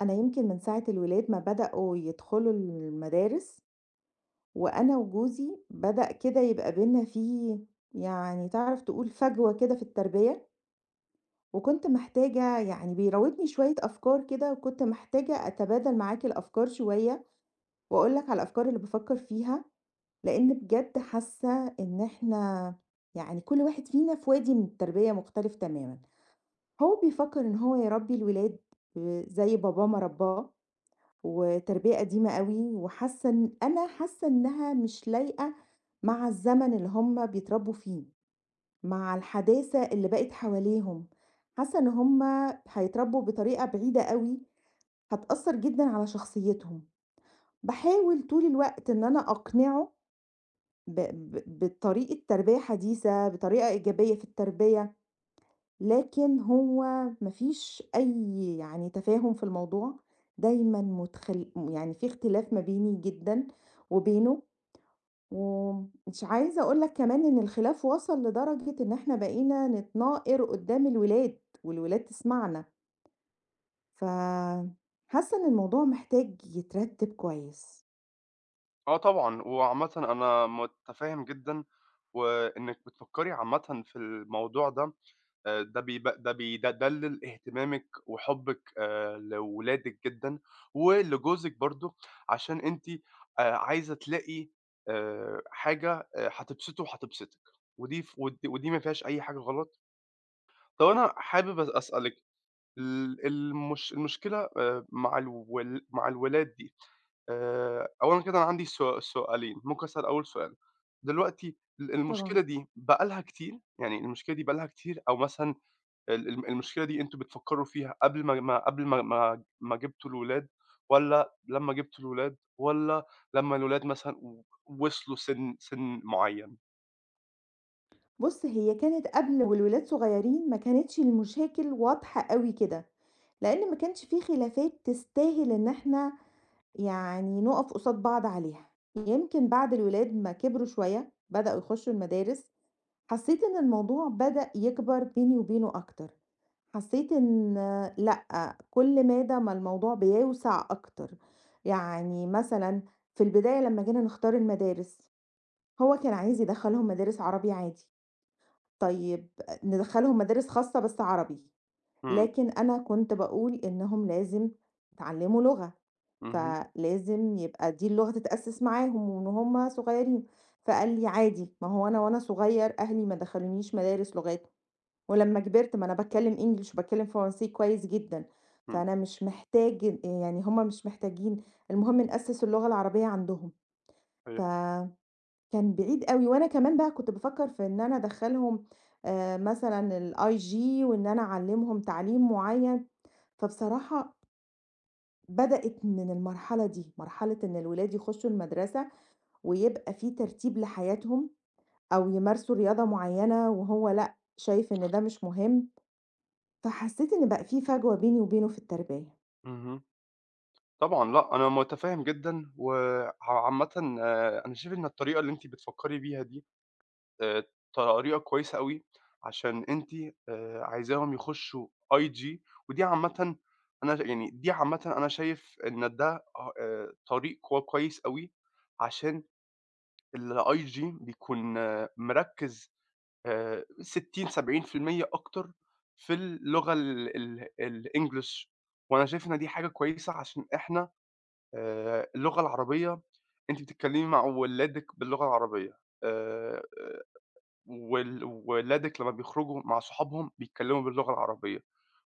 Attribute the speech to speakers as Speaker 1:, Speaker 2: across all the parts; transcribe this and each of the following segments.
Speaker 1: أنا يمكن من ساعة الولاد ما بدأوا يدخلوا المدارس، وأنا وجوزي بدأ كده يبقى بينا فيه يعني تعرف تقول فجوة كده في التربية. وكنت محتاجة يعني بيراودني شوية أفكار كده، وكنت محتاجة أتبادل معاك الأفكار شوية وأقولك على الأفكار اللي بفكر فيها. لأن بجد حاسة إن إحنا يعني كل واحد فينا في وادي من التربية مختلف تماما. هو بيفكر إن هو يربي الولاد زي باباه ما رباه، وتربية قديمة أوي، وحاسة إن أنا حاسة إنها مش لايقة مع الزمن اللي هم بيتربوا فيه، مع الحداثة اللي بقت حواليهم، حاسة إن هم هيتربوا بطريقة بعيدة أوي، هتأثر جدًا على شخصيتهم. باحاول طول الوقت إن أنا أقنعه ب ب بطريقة تربية حديثة، بطريقة إيجابية في التربية. لكن هو ما فيش أي يعني تفاهم في الموضوع، دايمًا متخل يعني في اختلاف ما بيني جدًا وبينه، ومش عايزة أقول لك كمان إن الخلاف وصل لدرجة إن إحنا بقينا نتناقر قدّام الولاد، والولاد تسمعنا، ف حاسة إن الموضوع محتاج يترتب كويس.
Speaker 2: آه طبعًا، وعامةً أنا متفهّم جدًا، وإنِّك بتفكّري عامةً في الموضوع ده. ده بيب ده بيدلِّل اهتمامِك وحُبِّك لولادِك جدًا، ولجوزِك برضه. عشان أنتِ عايزة تلاقي حاجة هتبسطه وهتبسطِك، ودي ف ود ودي ما فيهاش أي حاجة غلط. طَب أنا حابب أسألِك ال المش المشكلة مع الولاد دي. أولًا كده أنا عندي سؤالين، ممكن أسأل أول سؤال. دلوقتي ال
Speaker 1: طبعًا.
Speaker 2: المشكلة دي بقى لها كتير؟ يعني المشكلة دي بقى لها كتير، أو مثلًا ال الم المشكلة دي أنتم بتفكّروا فيها قبل ما جبتوا الولاد، والّا لمّا جبتوا الولاد، والّا لمّا الولاد مثلًا وصلوا سِن معيّن؟
Speaker 1: بُص هي كانت قبل والولاد صغيرين ما كانتش المشاكل واضحة أوي كده، لإن ما كانش في خلافات تستاهل إن إحنا يعني نُقف قصاد بعض عليها، يمكن بعد الولاد ما كبروا شوية بدأوا يخشوا المدارس، حسيت إن الموضوع بدأ يكبر بيني وبينه أكتر، حسيت إن لأ، كل مادة ما الموضوع بيوسع أكتر، يعني مثلًا في البداية لمّا جينا نختار المدارس، هو كان عايز يدخّلهم مدارس عربي عادي، طيب ندخّلهم مدارس خاصة بس عربي،
Speaker 2: إمم.
Speaker 1: لكن أنا كنت باقول إنهم لازم يتعلموا لغة.
Speaker 2: اهم.
Speaker 1: فلازم يبقى دي اللغة تتأسس معاهم ومن هُم صغيّرين، فقال لي: "عادي، ما هو أنا وأنا صغيّر أهلي ما دخلونيش مدارس لغات، ولمّا كبرت ما أنا باتكلّم English وباتكلّم فرنسي كويس جدًا،
Speaker 2: إمم.
Speaker 1: فأنا مش محتاج إن يعني هُم مش محتاجين، المهم نأسّس اللغة العربية عندهم."
Speaker 2: صحيح.
Speaker 1: فكان بعيد أوي، وأنا كمان بقى كنت بافكّر في إن أنا أدخّلهم مثلًا الIG، وإن أنا أعلّمهم تعليم معيّن، فبصراحة بدأت من المرحلة دي، مرحلة إن الولاد يخشوا المدرسة ويبقى في ترتيب لحياتهم أو يمارسوا رياضة معينة وهو لأ، شايف إن ده مش مهم، فحسيت إن بقى في فجوة بيني وبينه في التربية.
Speaker 2: اهم. طبعًا لأ، أنا مُتفهِّم جدًا، وعامةً أنا شايف إن الطريقة اللي أنتِ بتفكّري بيها دي آآ طريقة كويسة أوي. عشان أنتِ عايزاهم يخشّوا IG، ودي عامةً أنا يعني دي عامةً أنا شايف إن ده طريق كويس أوي. عشان الIG بيكون مركّز 60، 70% أكتر في اللغة ال ال الEnglish. وأنا شايف إن دي حاجة كويسة، عشان إحنا اللغة العربية أنتِ بتتكلمي مع ولادِك باللغة العربية، آآ ولادِك لمّا بيخرجوا مع صحابهم بيتكلموا باللغة العربية.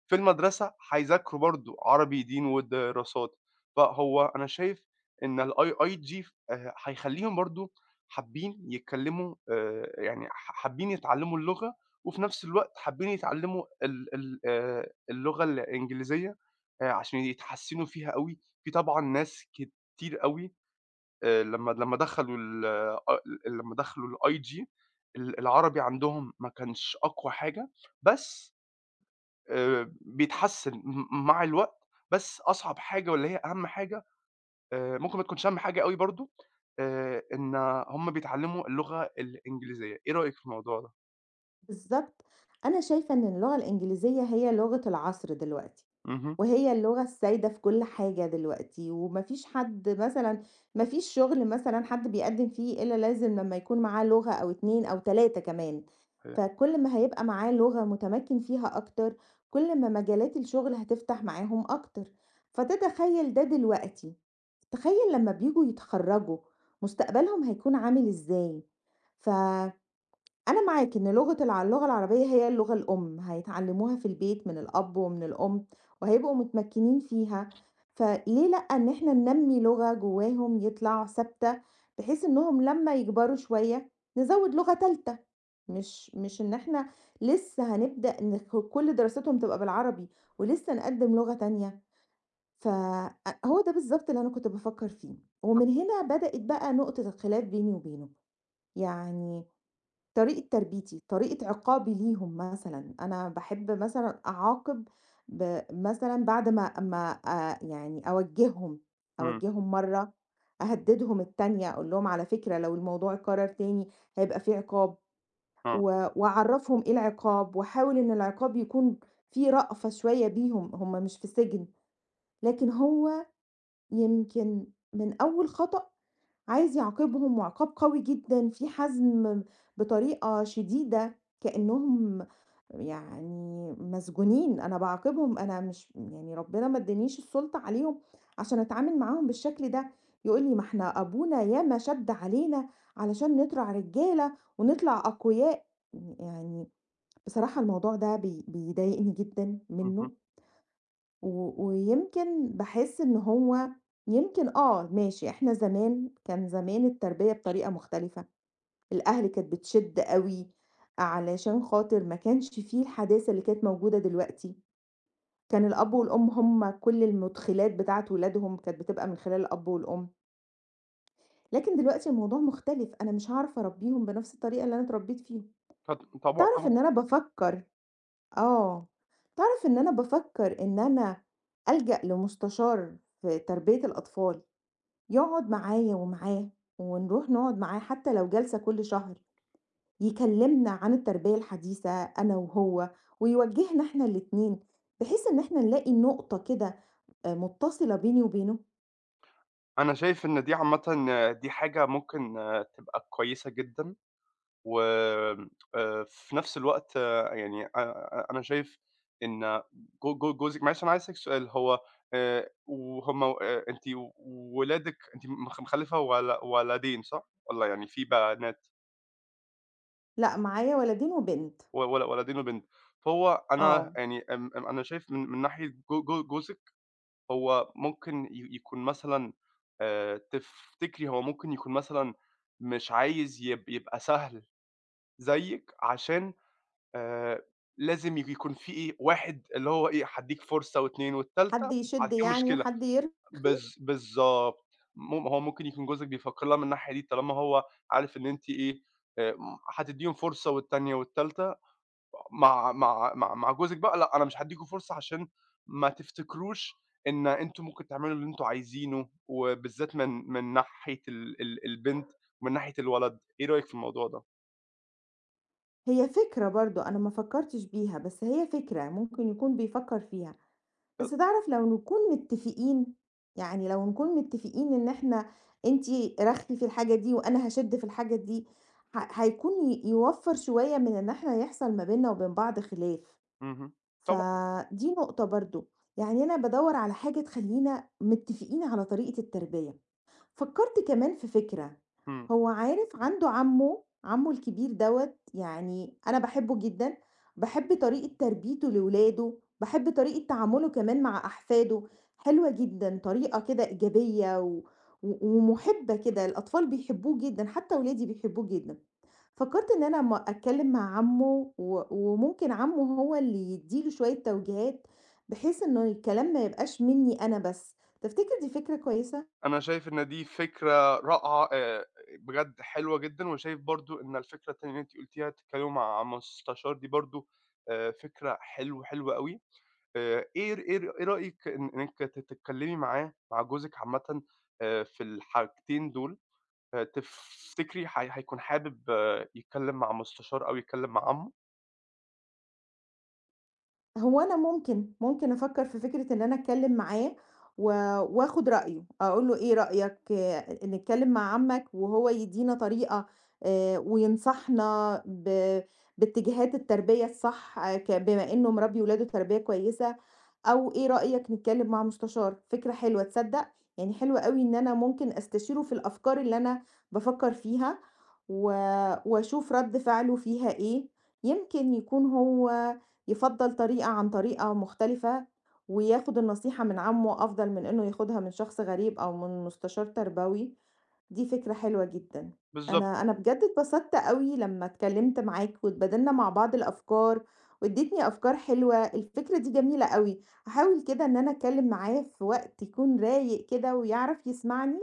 Speaker 2: في المدرسة هيذاكروا برضه عربي دين ودراسات. فهو أنا شايف إن الIIG هيخلّيهم برضه حابين يتكلموا، يعني حابين يتعلموا اللغة. وفي نفس الوقت حابين يتعلموا ال ال اللغة الإنجليزية، عشان يتحسنوا فيها أوي. في طبعًا ناس كتير أوي، لمّا أ دخّلوا الIG، العربي عندهم ما كانش أقوى حاجة. بس بيتحسّن مع الوقت. بس أصعب حاجة واللي هي أهم حاجة، ممكن ما تكونش أهم حاجة أوي برضه، إن هم بيتعلّموا اللغة الإنجليزية. إيه رأيِك في الموضوع ده؟
Speaker 1: بالضبط، أنا شايفة إن اللغة الإنجليزية هي لغة العصر دلوقتي.
Speaker 2: اهم.
Speaker 1: وهي اللغة السائدة في كل حاجة دلوقتي، وما فيش حد مثلًا ما فيش شغل مثلًا حد بيقدّم فيه إلا لازم لمّا يكون معاه لغة أو 2 أو 3 كمان،
Speaker 2: صحيح.
Speaker 1: فكل ما هيبقى معاه لغة متمكن فيها أكتر، كل ما مجالات الشغل هتفتح معاهم أكتر، فتتخيّل ده دلوقتي، تخيّل لمّا بييجوا يتخرّجوا مستقبلهم هيكون عامل إزاي؟ ف أنا معاك إن لغة الع اللغة العربية هي اللغة الأم، هيتعلموها في البيت من الأب ومن الأم، وهيبقوا متمكنين فيها، فليه لأ إن إحنا ننمي لغة جواهم يطلع ثابتة، بحيث إنهم لما يكبروا شوية نزود لغة تالتة، مش إن إحنا لسه هنبدأ إن كل دراستهم تبقى بالعربي، ولسه نقدم لغة تانية، ف أ هو ده بالضبط اللي أنا كنت بافكر فيه، ومن هنا بدأت بقى نقطة الخلاف بيني وبينه، يعني طريقة تربيتي، طريقة عقابي ليهم مثلًا، أنا باحب مثلًا أعاقب مثلًا بعد ما أما يعني أوجّههم،
Speaker 2: إمم.
Speaker 1: أوجّههم مرّة، أهدّدهم التانية، أقول لهم على فكرة لو الموضوع اتكرر تاني هيبقى في عقاب،
Speaker 2: آه.
Speaker 1: و وأعرّفهم إيه العقاب، وأحاول إن العقاب يكون في رأفة شوية بيهم، هم مش في سجن، لكن هو يمكن من أول خطأ عايز يعاقبهم وعقاب قوي جدًا فيه حزم بطريقة شديدة، كأنهم يعني مسجونين، أنا باعاقبهم أنا مش يعني ربنا ما ادانيش السلطة عليهم عشان أتعامل معاهم بالشكل ده، يقول لي: "ما إحنا أبونا ياما شَد علينا علشان نطلع رجالة ونطلع أقوياء." يعني بصراحة الموضوع ده بيضايقني جدًا
Speaker 2: اهم.
Speaker 1: منه. و ويمكن باحس إن هو يمكن آه، ماشي إحنا زمان كان زمان التربية بطريقة مختلفة، الأهل كانت بتشِد أوي علشان خاطر ما كانش في الحداثة اللي كانت موجودة دلوقتي، كان الأب والأم هُم كل المُدخِلات بتاعة ولادهم كانت بتبقى من خلال الأب والأم، لكن دلوقتي الموضوع مختلف، أنا مش هاعرف أربّيهم بنفس الطريقة اللي أنا اتربّيت فيها.
Speaker 2: طبعًا،
Speaker 1: تعرف
Speaker 2: طبعًا.
Speaker 1: إن أنا بافكّر آه، تعرف إن أنا بافكّر إن أنا ألجأ لمستشار في تربية الأطفال، يقعد معايا ومعاه، ونروح نقعد معاه حتى لو جلسة كل شهر، يكلمنا عن التربية الحديثة أنا وهو، ويوجهنا إحنا الاتنين، بحيث إن إحنا نلاقي نقطة كده متصلة بيني وبينه.
Speaker 2: أنا شايف إن دي عامةً دي حاجة ممكن تبقى كويسة جدًا. وآمم، في نفس الوقت يعني أنا شايف إن جو جو جوزِك، معلش، أنا عايز أسألِك سؤال. هو وهُم أنتِ، ولادِك أنتِ مخلّفة ولدين صح؟ والّا يعني في بنات؟
Speaker 1: لأ، معايا ولدين وبنت،
Speaker 2: و ول ولدين وبنت. فهو أنا
Speaker 1: آه،
Speaker 2: يعني آمم، آمم، أنا شايف من ناحية جو جو جوزِك. هو ممكن يكون مثلًا، تفتكري هو ممكن يكون مثلًا مش عايز يبقى سهل زيِّك، عشان آآ لازم يكون في إيه، واحد اللي هو إيه، هادّيك فرصة و2 والتالتة
Speaker 1: حد
Speaker 2: بعد
Speaker 1: يشد
Speaker 2: كده
Speaker 1: يعني
Speaker 2: مشكلة.
Speaker 1: وحد يرخي،
Speaker 2: بالضبط. هو ممكن يكون جوزِك بيفكّر لها من الناحية دي، طالما هو عارف إن أنتِ إيه، آآ هتدّيهم فرصة والتانية والتالتة. مع جوزِك بقى لأ، أنا مش هادّيكم فرصة، عشان ما تفتكروش إن أنتم ممكن تعملوا اللي أنتم عايزينه، وبالذات من ناحية ال ال البنت ومن ناحية الولد. إيه رأيِك في الموضوع ده؟
Speaker 1: هي فكرة برضه أنا ما فكّرتش بيها، بس هي فكرة ممكن يكون بيفكّر فيها. بس
Speaker 2: ت
Speaker 1: تعرف لو نكون متفقين، يعني لو نكون متفقين إن إحنا أنتِ رخِّي في الحاجة دي وأنا هاشِد في الحاجة دي، هيكون يوفّر شوية من إن إحنا يحصل ما بيننا وبين بعض خلاف،
Speaker 2: اهم. طبعًا.
Speaker 1: فدي نقطة برضه، يعني أنا بادوّر على حاجة تخلّينا متفقين على طريقة التربية. فكّرت كمان في فكرة،
Speaker 2: إمم.
Speaker 1: هو عارف عنده عمّه، عمّه الكبير دوّة يعني أنا باحبه جدًا، باحب طريقة تربيته لولاده، باحب طريقة تعامله كمان مع أحفاده، حلوة جدًا، طريقة كده إيجابية و و ومُحِبّة كده، الأطفال بيحبوه جدًا، حتى ولادي بيحبوه جدًا. فكّرت إن أنا أمّا أتكلّم مع عمّه و وممكن عمّه هو اللي يدّي له شوية توجيهات، بحيث إنه الكلام ما يبقاش منّي أنا بس، تفتكر دي فكرة كويسة؟
Speaker 2: أنا شايف إن دي فكرة رائعة، بجد حلوة جدًا. وشايف برضه إن الفكرة التانية اللي أنتِ قُلتيها تتكلموا مع مستشار دي برضه، فكرة حلوة، حلوة أوي. إيه رأيِك إنِّك تتكلمي معاه مع جوزِك عامةً، في الحاجتين دول، تفتكري هيكون حابب يتكلم مع مستشار أو يتكلم مع عمه؟
Speaker 1: هو أنا ممكن، ممكن أفكّر في فكرة إن أنا أتكلّم معاه و وآخُد رأيه، أقول له إيه رأيك آه، نتكلّم مع عمّك وهو يدّينا طريقة وينصحنا باتجاهات التربية الصح آه، بما إنه مربّي ولاده تربية كويسة، أو إيه رأيك نتكلّم مع مستشار، فكرة حلوة تصدّق؟ يعني حلوة أوي إن أنا ممكن أستشيره في الأفكار اللي أنا بافكّر فيها و وأشوف رَد فعله فيها إيه، يمكن يكون هو يفضّل طريقة عن طريقة مختلفة، وياخد النصيحة من عمُّه أفضل من إنه ياخدها من شخص غريب أو من مستشار تربوي، دي فكرة حلوة جدًا.
Speaker 2: بالضبط.
Speaker 1: أنا بجد اتبسطت أوي لمّا اتكلّمت معاك واتبادلنا مع بعض الأفكار وادّيتني أفكار حلوة، الفكرة دي جميلة أوي، هاحاول كده إن أنا أتكلّم معاه في وقت يكون رايق كده ويعرف يسمعني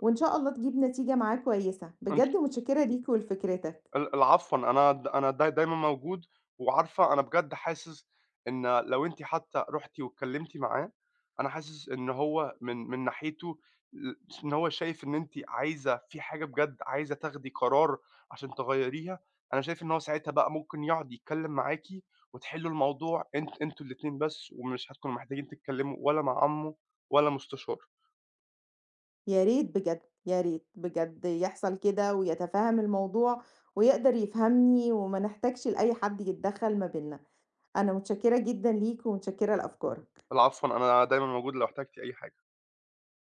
Speaker 1: وإن شاء الله تجيب نتيجة معاه كويسة. بجد متشكّرة ليك ولفكرتك.
Speaker 2: العفوًا، أنا دايمًا موجود. وعارفة، أنا بجد حاسس إن لو أنتِ حتى رُحتِ واتكلمتِ معاه، أنا حاسس إن هو من ناحيته، ل إن هو شايف إن أنتِ عايزة في حاجة، بجد عايزة تاخدي قرار عشان تغيّريها. أنا شايف إن هو ساعتها بقى ممكن يقعد يتكلم معاكِ وتحلّوا الموضوع أنتم الاتنين بس، ومش هتكونوا محتاجين تتكلموا ولا مع عمه ولا مستشار.
Speaker 1: يا ريت بجد، يا ريت بجد يحصل كده ويتفهم الموضوع ويقدر يفهمني وما نحتاجش لأي حد يتدخّل ما بيننا، أنا متشكّرة جدًا ليك ومتشكّرة لأفكارك.
Speaker 2: العفوًا، أنا دايمًا موجود لو احتجتِ أي حاجة.